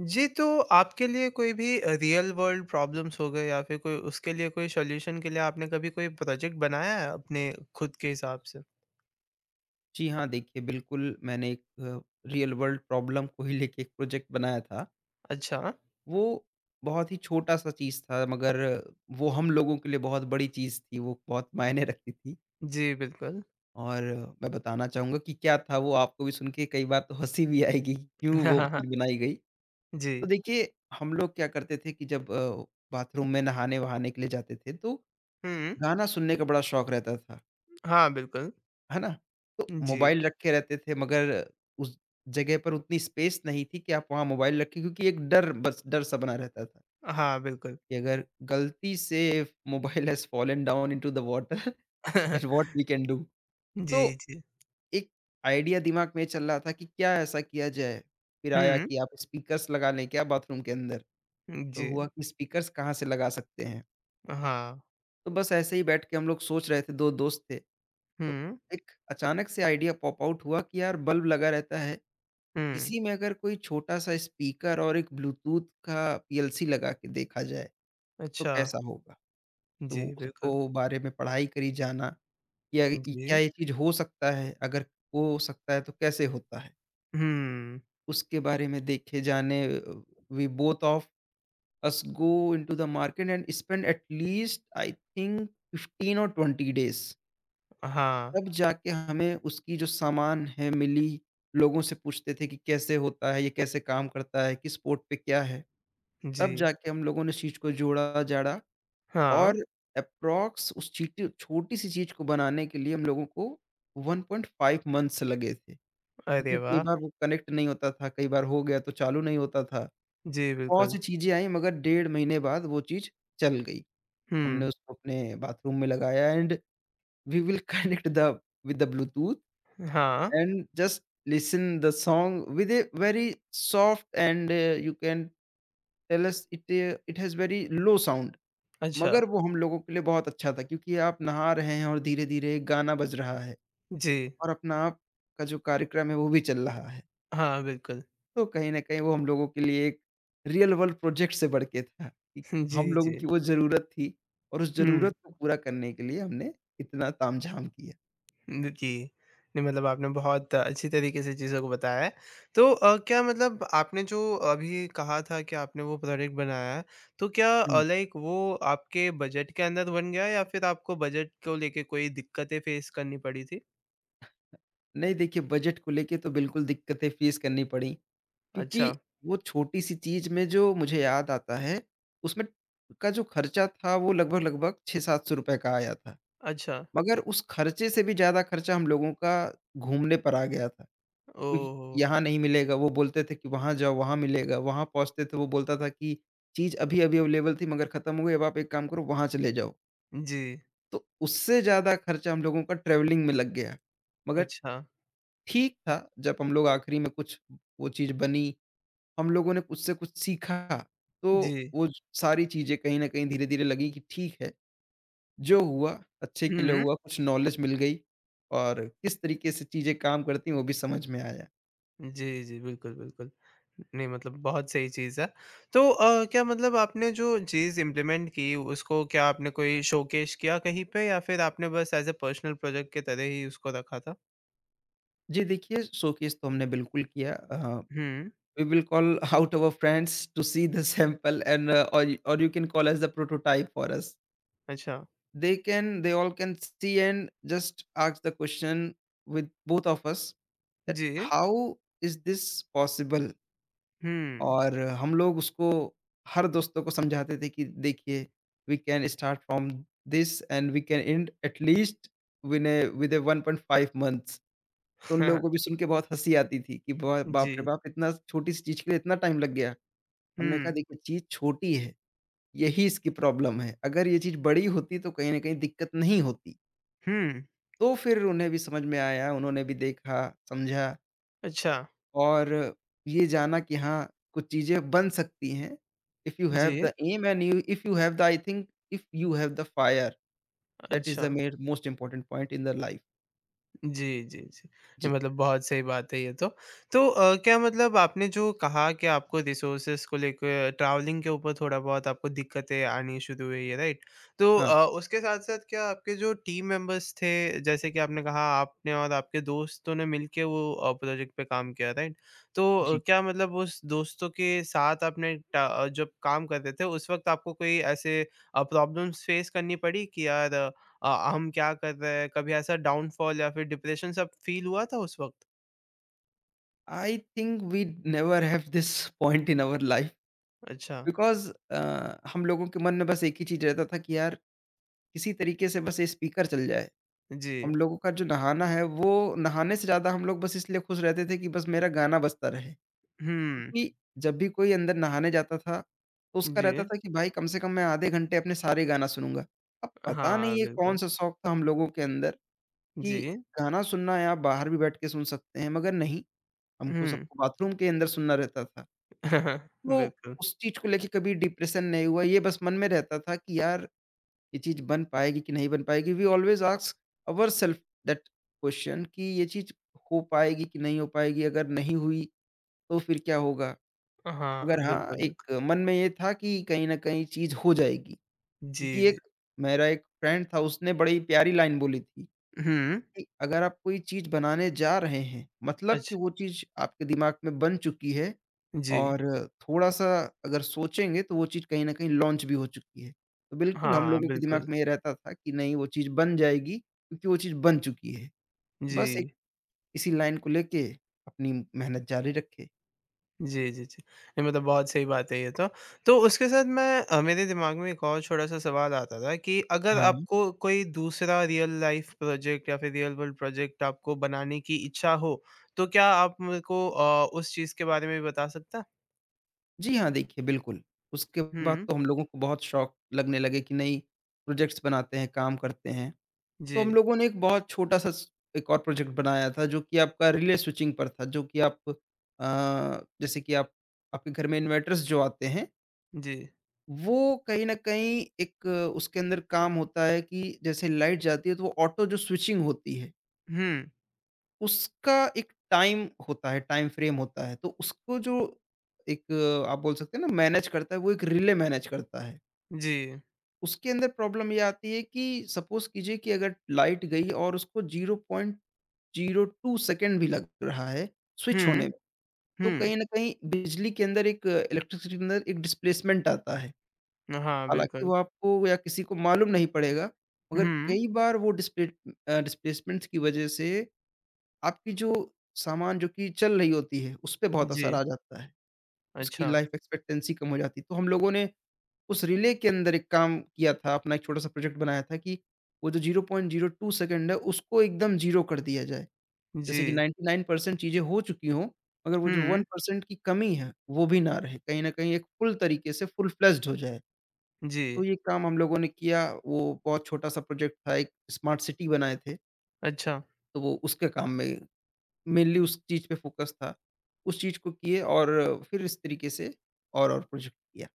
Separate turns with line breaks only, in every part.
जी, तो आपके लिए कोई भी रियल वर्ल्ड प्रॉब्लम्स हो गए या फिर कोई उसके लिए कोई सॉल्यूशन के लिए आपने कभी कोई प्रोजेक्ट बनाया है अपने खुद के हिसाब से?
जी हाँ, देखिए बिल्कुल मैंने एक रियल वर्ल्ड प्रॉब्लम को ही लेके एक प्रोजेक्ट बनाया था।
अच्छा।
वो बहुत ही छोटा-सा चीज़ था, मगर वो हम लोगों के लिए बहुत बड़ी चीज़ थी, वो बहुत मायने रखती थी।
जी, बिल्कुल।
और मैं बताना चाहूँगा कि क्या था वो, आपको भी सुन के कई बार तो हँसी भी आएगी कि क्यों
हाँ
वो
हाँ हाँ,
चीज़ बनाई गई।
जी।
तो देखिए, हम लोग क्या करते थे कि जब बाथरूम में नहाने-वहाने के लिए जाते थे, तो
हुँ।
गाना सुनने का बड़ा शौक रहता था।
हाँ, बिल्कुल।
है ना? तो
जी।
मोबाइल रखे रहते थे मगर उस जगह पर उतनी स्पेस नहीं थी कि आप वहाँ मोबाइल रखें, क्योंकि एक डर, बस डर सा बना रहता था।
हाँ, बिल्कुल।
कि अगर गलती से if mobile has fallen down into the water, then what we can do?
जी,
तो
जी।
एक आइडिया दिमाग में चल रहा था कि क्या ऐसा किया जाए? फिर आया
हुँ,
कि आप स्पीकर्स लगा लें क्या बाथरूम के अंदर? तो
जी।
हुआ कि स्पीकर्स कहाँ से लगा सकते हैं?
हाँ।
तो बस ऐसे ही बैठ के हम लोग सोच रहे थे, 2 दोस्त थे। तो
हुँ,
एक अचानक से आइडिया पॉप आउट हुआ कि यार बल्ब लगा रहता है,
हुँ।
इसी में अगर कोई छोटा-सा स्पीकर और एक ब्लूटूथ का पीएलसी लगा के देखा जाए, तो
अच्छा।
कैसा होगा? तो
जी, बिल्कुल।
उसको बारे में पढ़ाई करी जाना कि अग इ क्या
जी।
ये चीज़ हो सकता है? अगर हो सकता है तो कैसे होता है?
हुँ।
उसके बारे में देखे जाने, we both of us go into the market and spend at least I think 15 और 20 डेज़।
हाँ।
तब जाके हमें उसकी जो सामान है मिली, लोगों से पूछते थे कि कैसे होता है, ये कैसे काम करता है, किस पोर्ट पे क्या है।
जी।
तब जाके हम लोगों ने इस चीज़ को जोड़ा जाड़ा।
हाँ।
और एप्रॉक्स उस चीटी छोटी-सी चीज़ को बनाने के लिए हम लोगों को 1.5 मंथ्स लगे थे।
अरे
क्योंकि कई
वाह!
बार वो कनेक्ट नहीं होता था, कई बार हो गया तो चालू नहीं होता था।
जी,
बहुत
बिल्कुल।
सी चीज़ें आई, मगर 1.5 महीने बाद वो चीज़ चल गई। हमने
हुँ।
उसको अपने बाथरूम में लगाया, and we will connect the with the bluetooth,
हाँ।
and just listen the song with a very soft and you can tell us it, it has very low sound।
अच्छा।
मगर वो हम लोगों के लिए बहुत अच्छा था, क्योंकि आप नहा रहे हैं और धीरे धीरे गाना बज रहा है
जी।
और अपना आप का जो कार्यक्रम है वो भी चल रहा है।
हाँ, बिल्कुल।
तो कहीं ना कहीं वो हम लोगों के लिए एक रियल वर्ल्ड प्रोजेक्ट से बढ़ के था कि
जी,
हम लोगों
जी।
की वो जरूरत थी, और उस
हुँ,
जरूरत को पूरा करने के लिए हमने इतना तामझाम किया।
जी। नहीं मतलब आपने बहुत अच्छी तरीके से चीज़ों को बताया है। तो क्या मतलब आपने जो अभी कहा था कि आपने वो प्रोडक्ट बनाया है, तो क्या
हम्म,
लाइक वो आपके बजट के अंदर बन गया या फिर आपको बजट को लेके कोई दिक्कतें फेस करनी पड़ी थी?
नहीं देखिए, बजट को लेके तो बिल्कुल दिक्कतें फेस करनी पड़ी,
अच्छा,
क्योंकि वो छोटी-सी चीज़ में जो मुझे याद आता है, उसमें का जो खर्चा था वो लगभग-लगभग 600-700 रुपए का आया था।
अच्छा।
मगर उस खर्चे से भी ज़्यादा खर्चा हम लोगों का घूमने पर आ गया था, क्योंकि
ओह!
यहाँ नहीं मिलेगा, वो बोलते थे कि वहाँ जाओ वहाँ मिलेगा, वहाँ पहुँचते थे वो बोलता था कि चीज़ अभी-अभी अवेलेबल थी मगर खत्म हो गई, अब आप एक काम करो वहाँ चले जाओ।
जी,
तो उससे ज़्यादा खर्चा हम लोगों का ट्रैवलिंग में लग गया। मगर
अच्छा।
ठीक था, जब हम लोग आखिरी में कुछ वो चीज़ बनी, हम लोगों ने उससे कुछ सीखा, तो
जी।
वो सारी चीज़ें कहीं न कहीं धीरे-धीरे लगी कि ठीक है, जो हुआ अच्छे
हुँ,
के लिए
हुँ।
हुआ, कुछ नॉलेज मिल गई और किस तरीके से चीज़ें काम करती हैं वो भी समझ में आया।
जी, जी। बिल्कुल, बिल्कुल। नहीं मतलब बहुत सही चीज़ है। तो क्या मतलब आपने जो चीज़ इम्प्लीमेंट की उसको क्या आपने कोई शोकेस किया कहीं पे या फिर आपने बस एज़ अ पर्सनल प्रोजेक्ट के तरह ही उसको रखा था?
जी देखिए, शोकेस तो हमने बिल्कुल किया।
हुँ,
we will call out our friends to see the sample and और you can call as the prototype for us.
अच्छा।
They all can see and just ask the question with both of us that
ji.
how is this possible?
हुँ।
और हम लोग उसको हर दोस्तों को समझाते थे कि देखिए, we can start from this and we can end at least with a 1.5 months. तो उन लोगों को भी सुन के बहुत हँसी आती थी कि बा बाप रे
जी।
बाप! इतना छोटी सी चीज़ के लिए इतना टाइम लग गया। हमने कहा
हुँ,
देखिए चीज़ छोटी है, यही इसकी प्रॉब्लम है। अगर ये चीज़ बड़ी होती तो कहीं न कहीं दिक्कत नहीं होती।
हुँ।
तो फिर उन्हें भी समझ में आया, उन्होंने भी देखा, समझा।
अच्छा।
और ये जाना कि हाँ, कुछ चीज़ें बन सकती हैं, इफ़ यू हैव
जी,
the M and you, if you have the I think, if you have the fire, that is
अच्छा।
The mere most important point in the life.
जी, जी, जी। नहीं
जी,
मतलब बहुत सही बात है ये तो। तो क्या मतलब आपने जो कहा कि आपको रिसोर्सेज़ को लेके ट्रैवलिंग के ऊपर थोड़ा-बहुत आपको दिक्कतें आनी शुरू हुई है, राइट? तो
हाँ,
उसके साथ-साथ क्या आपके जो टीम मेंबर्स थे, जैसे कि आपने कहा आपने और आपके दोस्तों ने मिलके वो प्रोजेक्ट पे काम किया, राइट? तो
जी।
क्या मतलब उस दोस्तों के साथ आपने ट जब काम कर रहे थे, उस वक़्त आपको कोई ऐसे प्रॉब्लम्स फ़ेस करनी पड़ी कि यार अ, हम क्या कर रहे हैं? कभी ऐसा डाउनफॉल या फिर डिप्रेशन सब फील हुआ था उस वक़्त?
I think we never have this point in our life
अच्छा,
बिकॉज़ हम लोगों के मन में बस एक ही चीज़ रहता था कि यार किसी तरीके से बस ये स्पीकर चल जाए। हम
जी।
लोगों का जो नहाना है, वो नहाने से ज़्यादा हम लोग बस इसलिए खुश रहते थे कि बस मेरा गाना बजता रहे।
हुँ,
क्योंकि जब भी कोई अंदर नहाने जाता था, तो उसका रहता
जी।
था कि भाई कम से कम मैं आधे घंटे अपने सारे गाना सुनूँगा। अब पता नहीं
हाँ,
ये
बिल्कुल।
कौन-सा शौक था हम लोगों के अंदर कि
जी।
गाना सुनना है, आप बाहर भी बैठ के सुन सकते हैं, मगर नहीं, हमको
हुँ।
सबको बाथरूम के अंदर सुनना रहता था। तो
बिल्कुल।
उस चीज़ को लेके कभी डिप्रेशन नहीं हुआ, ये बस मन में रहता था कि यार ये चीज़ बन पाएगी कि नहीं बन पाएगी? We always ask ourselves that question कि ये चीज़ हो पाएगी कि नहीं हो पाएगी? अगर नहीं हुई, तो फिर क्या होगा?
हाँ,
मगर हाँ,
बिल्कुल, बिल्कुल।
एक मन में ये था कि कहीं न कहीं चीज़ हो जाएगी,
जी,
क्योंकि
जी।
एक मेरा एक फ्रेंड था, उसने बड़ी प्यारी लाइन बोली थी
हुँ।
कि अगर आप कोई चीज़ बनाने जा रहे हैं, मतलब कि
अच्छा।
वो चीज़ आपके दिमाग में बन चुकी है
जी।
और थोड़ा-सा अगर सोचेंगे तो वो चीज़ कहीं न कहीं लॉन्च भी हो चुकी है। तो बिल्कुल हम
हाँ,
लोगों के दिमाग
बिल्कुल।
में ये रहता था कि नहीं, वो चीज़ बन जाएगी, क्योंकि वो चीज़ बन चुकी है।
जी।
बस एक इसी लाइन को लेके अपनी मेहनत जारी रखे।
जी, जी, जी। नहीं मतलब बहुत सही बात है ये तो। तो उसके साथ मैं मेरे दिमाग में एक और छोटा-सा सवाल आता था कि अगर
हाँ।
आपको कोई दूसरा रियल लाइफ़ प्रोजेक्ट या फिर रियल वर्ल्ड प्रोजेक्ट आपको बनाने की इच्छा हो, तो क्या आप मेरे को उस चीज़ के बारे में भी बता सकता?
जी हाँ, देखिए बिल्कुल। उसके बाद
हुँ,
तो हम लोगों को बहुत शौक लगने लगे कि नहीं, प्रोजेक्ट्स बनाते हैं, काम करते हैं। तो हम
जी,
लोगों ने एक बहुत छोटा-सा स एक और प्रोजेक्ट बनाया था, जो कि आपका रिले स्विचिंग पर था, जो कि आप, जैसे कि आप आपके घर में इन्वर्टर्स जो आते हैं,
जी।
वो कहीं न कहीं एक, उसके अंदर काम होता है कि जैसे लाइट जाती है तो वो ऑटो जो स्विचिंग होती है।
हुँ,
उसका एक टाइम होता है, टाइम फ्रेम होता है। तो उसको जो एक, आप बोल सकते हैं ना, मैनेज करता है, वो एक रिले मैनेज करता है।
जी।
उसके अंदर प्रॉब्लम ये आती है कि सपोज़ कीजिए कि अगर लाइट गई और उसको 0.02 सेकंड भी लग रहा है स्विच
हुँ,
होने में, तो
हुँ।
कहीं न कहीं बिजली के अंदर, एक इलेक्ट्रिसिटी के अंदर एक डिस्प्लेसमेंट आता है।
हाँ,
हालाँकि
बिल्कुल।
वो आपको या किसी को मालूम नहीं पड़ेगा, मगर
हुँ,
कई बार वो डिस्प्लेसमेंट्स की वजह से आपकी जो सामान जो कि चल रही होती है, उसपे बहुत
जी।
असर आ जाता है। उसकी
अच्छा।
लाइफ एक्सपेक्टेंसी कम हो जाती है। तो हम लोगों ने उस रिले के अंदर एक काम किया था, अपना एक छोटा-सा प्रोजेक्ट बनाया था कि वो जो 0.02 सेकंड है, उसको एकदम ज़ीरो कर दिया जाए।
जी।
जैसे कि 99% चीज़ें हो चुकी हों, मगर वो जो
हुँ,
1% की कमी है, वो भी ना रहे। कहीं न कहीं एक फुल तरीके से फुल फ्लेज्ड हो जाए।
जी।
तो ये काम हम लोगों ने किया। वो बहुत छोटा-सा प्रोजेक्ट था, एक स्मार्ट सिटी बनाए थे,
अच्छा।
तो वो उसके काम में मेनली उस चीज़ पे फ़ोकस था। उस चीज़ को किए और फिर इस तरीके से और प्रोजेक्ट किया।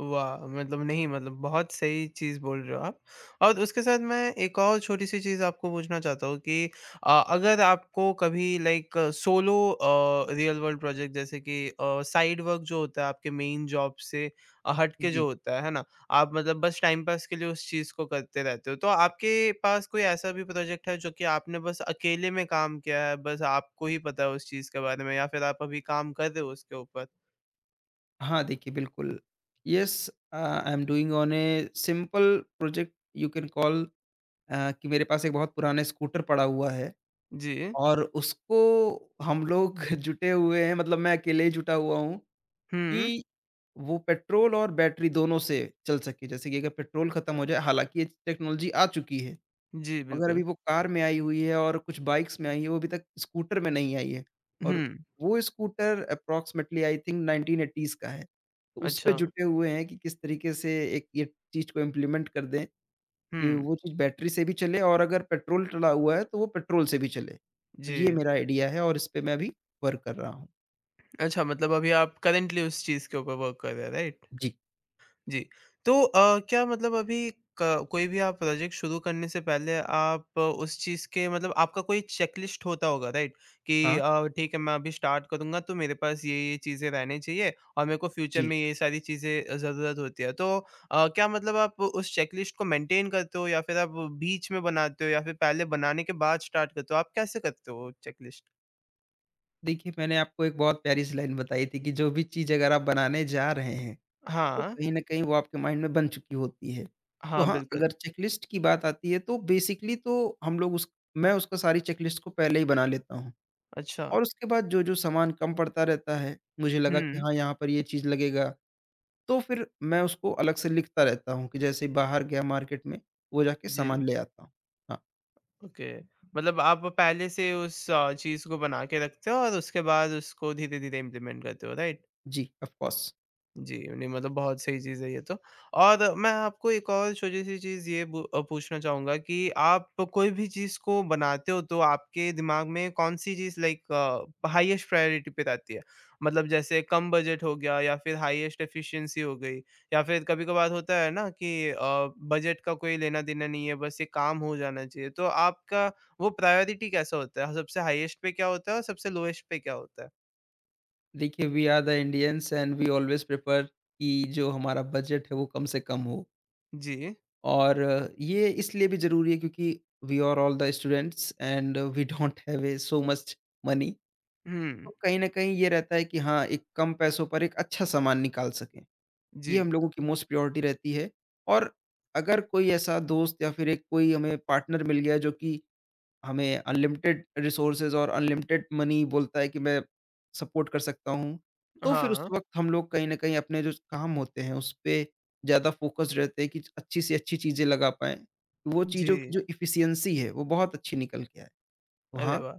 वाह! मतलब नहीं मतलब बहुत सही चीज़ बोल रहे हो आप। और उसके साथ मैं एक और छोटी-सी चीज़ आपको पूछना चाहता हूँ कि अगर आपको कभी like solo real world project जैसे कि साइड वर्क जो होता है आपके मेन जॉब से हट के
जी।
जो होता है ना? आप मतलब बस टाइम पास के लिए उस चीज़ को करते रहते हो। तो आपके पास कोई ऐसा भी प्रोजेक्ट है जो कि आपने बस अकेले में काम किया है, बस आपको ही पता है उस चीज़ के बारे में या फिर आप अभी काम कर रहे हो उसके ऊपर?
हाँ, देखिए बिल्कुल। Yes, I am doing on a simple project you can call, कि मेरे पास एक बहुत पुराना स्कूटर पड़ा हुआ है
जी।
और उसको हम लोग जुटे हुए हैं, मतलब मैं अकेले ही जुटा हुआ हूँ
हुँ।
कि वो पेट्रोल और बैटरी दोनों से चल सके। जैसे कि अगर पेट्रोल खत्म हो जाए, हालाँकि ये टेक्नोलॉजी आ चुकी है।
जी,
अगर अभी
बिल्कुल।
वो कार में आई हुई है और कुछ बाइक्स में आई है, वो अभी तक स्कूटर में नहीं आई है
हुँ,
और वो scooter approximately I think 1980s का है। तो उसपे
अच्छा।
जुटे हुए हैं कि किस तरीके से एक ये चीज़ को इम्प्लीमेंट कर दें कि
हुँ,
वो चीज़ बैटरी से भी चले और अगर पेट्रोल डला हुआ है तो वो पेट्रोल से भी चले। तो ये
जी।
मेरा आइडिया है और इसपे मैं अभी वर्क कर रहा हूँ।
अच्छा मतलब अभी आप करेंटली उस चीज़ के ऊपर वर्क कर रहे हैं, राइट?
जी।
जी। तो क्या मतलब अभी क कोई भी आप प्रोजेक्ट शुरू करने से पहले आप उस चीज़ के मतलब आपका कोई चेकलिस्ट होता होगा, राइट? कि
हाँ,
ठीक है मैं अभी स्टार्ट करूँगा तो मेरे पास ये-ये चीज़ें रहनी चाहिए और मेरे को फ्यूचर
जी।
में ये सारी चीज़ें ज़रूरत होती है। तो क्या मतलब आप उस चेकलिस्ट को मेंटेन करते हो या फिर आप बीच में बनाते हो या फिर पहले बनाने के बाद स्टार्ट करते हो? आप कैसे करते हो चेकलिस्ट?
देखिए, मैंने आपको एक बहुत प्यारी सी लाइन बताई थी कि जो भी चीज़ अगर आप बनाने जा रहे हैं, तो
हाँ।
कहीं न कहीं वो आपके माइंड में बन चुकी होती है। तो
हाँ,
हाँ,
बिल्कुल।
अगर चेकलिस्ट की बात आती है तो बेसिकली तो हम लोग उस मैं उसका सारी चेकलिस्ट को पहले ही बना लेता हूँ।
अच्छा।
और उसके बाद जो-जो सामान कम पड़ता रहता है, मुझे लगा कि
हुँ।
हाँ, यहाँ पर ये चीज़ लगेगा, तो फिर मैं उसको अलग से लिखता रहता हूँ कि जैसे ही बाहर गया मार्केट में, वो जाके सामान
जी,
ले आता हूँ। हाँ,
ओके। मतलब आप पहले से उस चीज़ को बना के रखते हो और उसके बाद उसको धीरे-धीरे इम्प्लीमेंट करते हो, राइट?
जी, ऑफ कोर्स।
जी, नहीं मतलब बहुत सही चीज़ है ये तो। और मैं आपको एक और छोटी-सी चीज़ ये पूछना चाहूँगा कि आप कोई भी चीज़ को बनाते हो तो आपके दिमाग में कौन-सी चीज़ लाइक हाईएस्ट प्रायोरिटी पे रहती है? मतलब जैसे कम बजट हो गया या फिर हाईएस्ट एफिशिएंसी हो गई या फिर कभी-कभार होता है ना कि बजट का कोई लेना-देना नहीं है, बस ये काम हो जाना चाहिए। तो आपका वो प्रायोरिटी कैसा होता है? सबसे हाईएस्ट पे क्या होता है और सबसे लोएस्ट पे क्या होता है?
देखिए we are the Indians and we always prefer कि जो हमारा बजट है वो कम से कम हो।
जी।
और ये इसलिए भी ज़रूरी है क्योंकि we are all the students and we don't have a so much money. तो
हुँ।
कहीं न कहीं ये रहता है कि हाँ, एक कम पैसों पर एक अच्छा सामान निकाल सकें।
जी।
ये हम लोगों की मोस्ट प्रायोरिटी रहती है। और अगर कोई ऐसा दोस्त या फिर एक कोई हमें पार्टनर मिल गया जो कि हमें अनलिमिटेड रिसोर्सेज और अनलिमिटेड मनी बोलता है कि मैं सपोर्ट कर सकता हूँ। तो फिर उस
हाँ।
वक़्त हम लोग कहीं न कहीं अपने जो काम होते हैं उस पे ज़्यादा फ़ोकस्ड रहते हैं कि अच्छी से अच्छी चीज़ें लगा पाएँ। वो
जी।
चीज़ों की जो एफिशिएंसी है वो बहुत अच्छी निकल के आए। तो
अरे
हाँ,
वाह!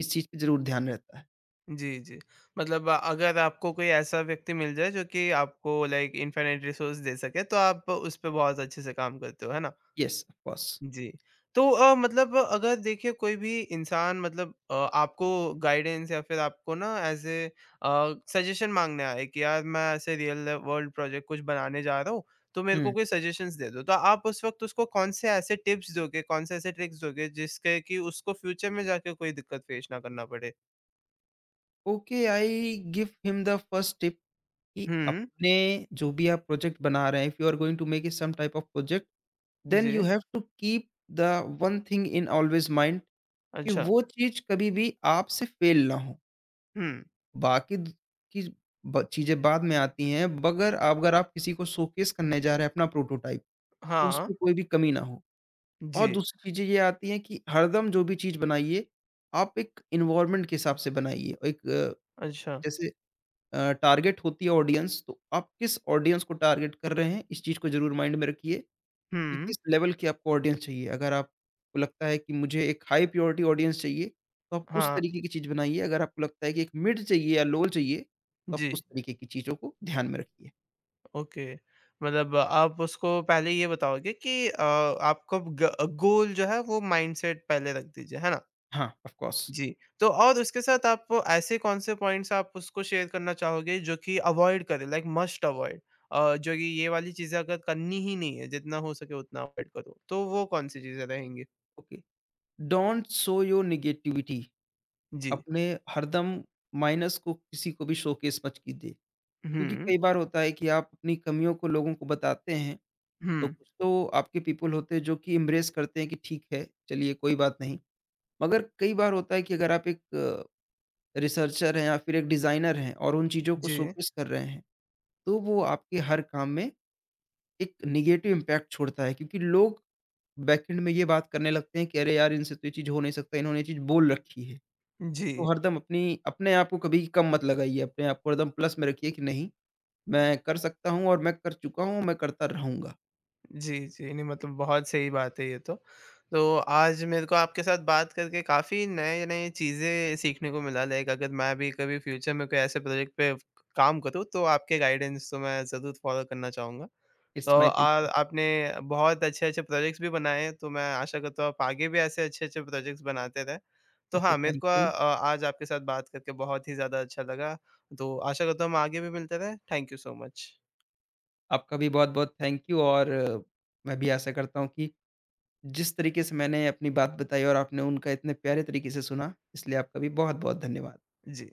इस चीज़ पे ज़रूर ध्यान रहता है।
जी, जी। मतलब अगर आपको कोई ऐसा व्यक्ति मिल जाए जो कि आपको लाइक इनफ़ाइनाइट रिसोर्स दे सके तो आप उस पे बहुत अच्छे से काम करते हो, है ना?
Yes, of course.
जी। तो मतलब अगर देखिए कोई भी इंसान मतलब आपको गाइडेंस या फिर आपको ना ऐज़ ए सजेशन माँगने आए कि यार मैं ऐसे रियल वर्ल्ड प्रोजेक्ट कुछ बनाने जा रहा हूँ, तो मेरे को
हुँ।
कोई सजेशंस दे दो। तो आप उस वक़्त उसको कौन से ऐसे टिप्स दोगे, कौन से ऐसे ट्रिक्स दोगे जिसके कि उसको फ्यूचर में जाके कोई दिक्कत फेस ना करना पड़े?
Okay I give him the first tip कि
हुँ,
अपने जो भी आप प्रोजेक्ट बना रहे हैं, if you are going to make some type of project then you
जी,
have to keep the one thing in always mind कि
अच्छा,
वो चीज़ कभी भी आपसे फ़ेल ना हो।
हुँ,
बाकी द की ब चीज़ें बाद में आती हैं, मगर अगर आप किसी को शोकेस करने जा रहे हैं अपना प्रोटोटाइप, तो
हाँ,
उसमें कोई भी कमी ना हो।
जी,
और दूसरी चीज़ें ये आती हैं कि हरदम जो भी चीज़ बनाइए, आप एक एनवायरनमेंट के हिसाब से बनाइए। एक
अच्छा,
जैसे जैसे टारगेट होती है ऑडियंस, तो आप किस ऑडियंस को टारगेट कर रहे हैं, इस चीज़ को ज़रूर माइंड में रखिए। कि
हुँ,
किस लेवल की आपको ऑडियंस चाहिए। अगर आपको लगता है कि मुझे एक हाई प्रायोरिटी ऑडियंस चाहिए, तो आप उस
हाँ,
तरीके की चीज़ बनाइए। अगर आपको लगता है कि एक मिड चाहिए या लो चाहिए, तो आप
जी,
उस तरीके की चीज़ों को ध्यान में रखिए।
ओके। मतलब आप उसको पहले ये बताओगे कि आपको ग गोल जो है वो माइंडसेट पहले रख दीजिए, है ना?
हाँ, ऑफ कोर्स।
जी, तो और उसके साथ आप ऐसे कौन-से पॉइंट्स आप उसको शेयर करना चाहोगे जो कि अवॉइड करे लाइक मस्ट अवॉइड जो कि ये वाली चीज़ें अगर करनी ही नहीं है, जितना हो सके उतना अवॉइड करो, तो वो कौन-सी चीज़ें रहेंगी?
Okay, don't show your negativity.
जी,
अपने हरदम माइनस को किसी को भी शोकेस मत कीजिए। क्योंकि
हुँ,
कई बार होता है कि आप अपनी कमियों को लोगों को बताते हैं, तो
हुँ,
कुछ तो आपके पीपल होते हैं जो कि एम्ब्रेस करते हैं कि ठीक है, चलिए कोई बात नहीं। मगर कई बार होता है कि अगर आप एक रिसर्चर हैं या फिर एक डिज़ाइनर हैं और उन चीज़ों को
जी,
शोकेस कर रहे हैं, तो वो आपके हर काम में एक नेगेटिव इम्पैक्ट छोड़ता है क्योंकि लोग बैकएंड में ये बात करने लगते हैं कि अरे यार! इनसे तो ये चीज़ हो नहीं सकता, इन्होंने ये चीज़ बोल रखी है।
जी।
तो हरदम अपनी अपने आप को कभी कम मत लगाइए, अपने आप को हरदम प्लस में रखिए कि नहीं, मैं कर सकता हूँ और मैं कर चुका हूँ, मैं करता रहूँगा।
जी, जी। नहीं मतलब बहुत सही बात है ये तो। तो आज मेरे को आपके साथ बात करके काफ़ी नए-नए चीज़ें सीखने को मिला लाइक अगर मैं भी कभी फ्यूचर में कोई ऐसे प्रोजेक्ट पे काम करूँ तो आपके गाइडेंस तो मैं ज़रूर फॉलो करना चाहूँगा। तो
इट्स माय
और
प्लेज़र।
आपने बहुत अच्छे-अच्छे प्रोजेक्ट्स भी बनाए हैं तो मैं आशा करता हूँ आप आगे भी ऐसे अच्छे-अच्छे प्रोजेक्ट्स बनाते रहें। तो
ओके,
हाँ, मेरे
थैंक
को
यू।
आज आपके साथ बात करके बहुत ही ज़्यादा अच्छा लगा। तो आशा करता हूँ हम आगे भी मिलते रहें। Thank you so much.
आपका भी बहुत-बहुत थैंक यू और मैं भी आशा करता हूँ कि जिस तरीके से मैंने अपनी बात बताई और आपने उनका इतने प्यारे तरीके से सुना, इसलिए आपका भी बहुत-बहुत धन्यवाद।
जी।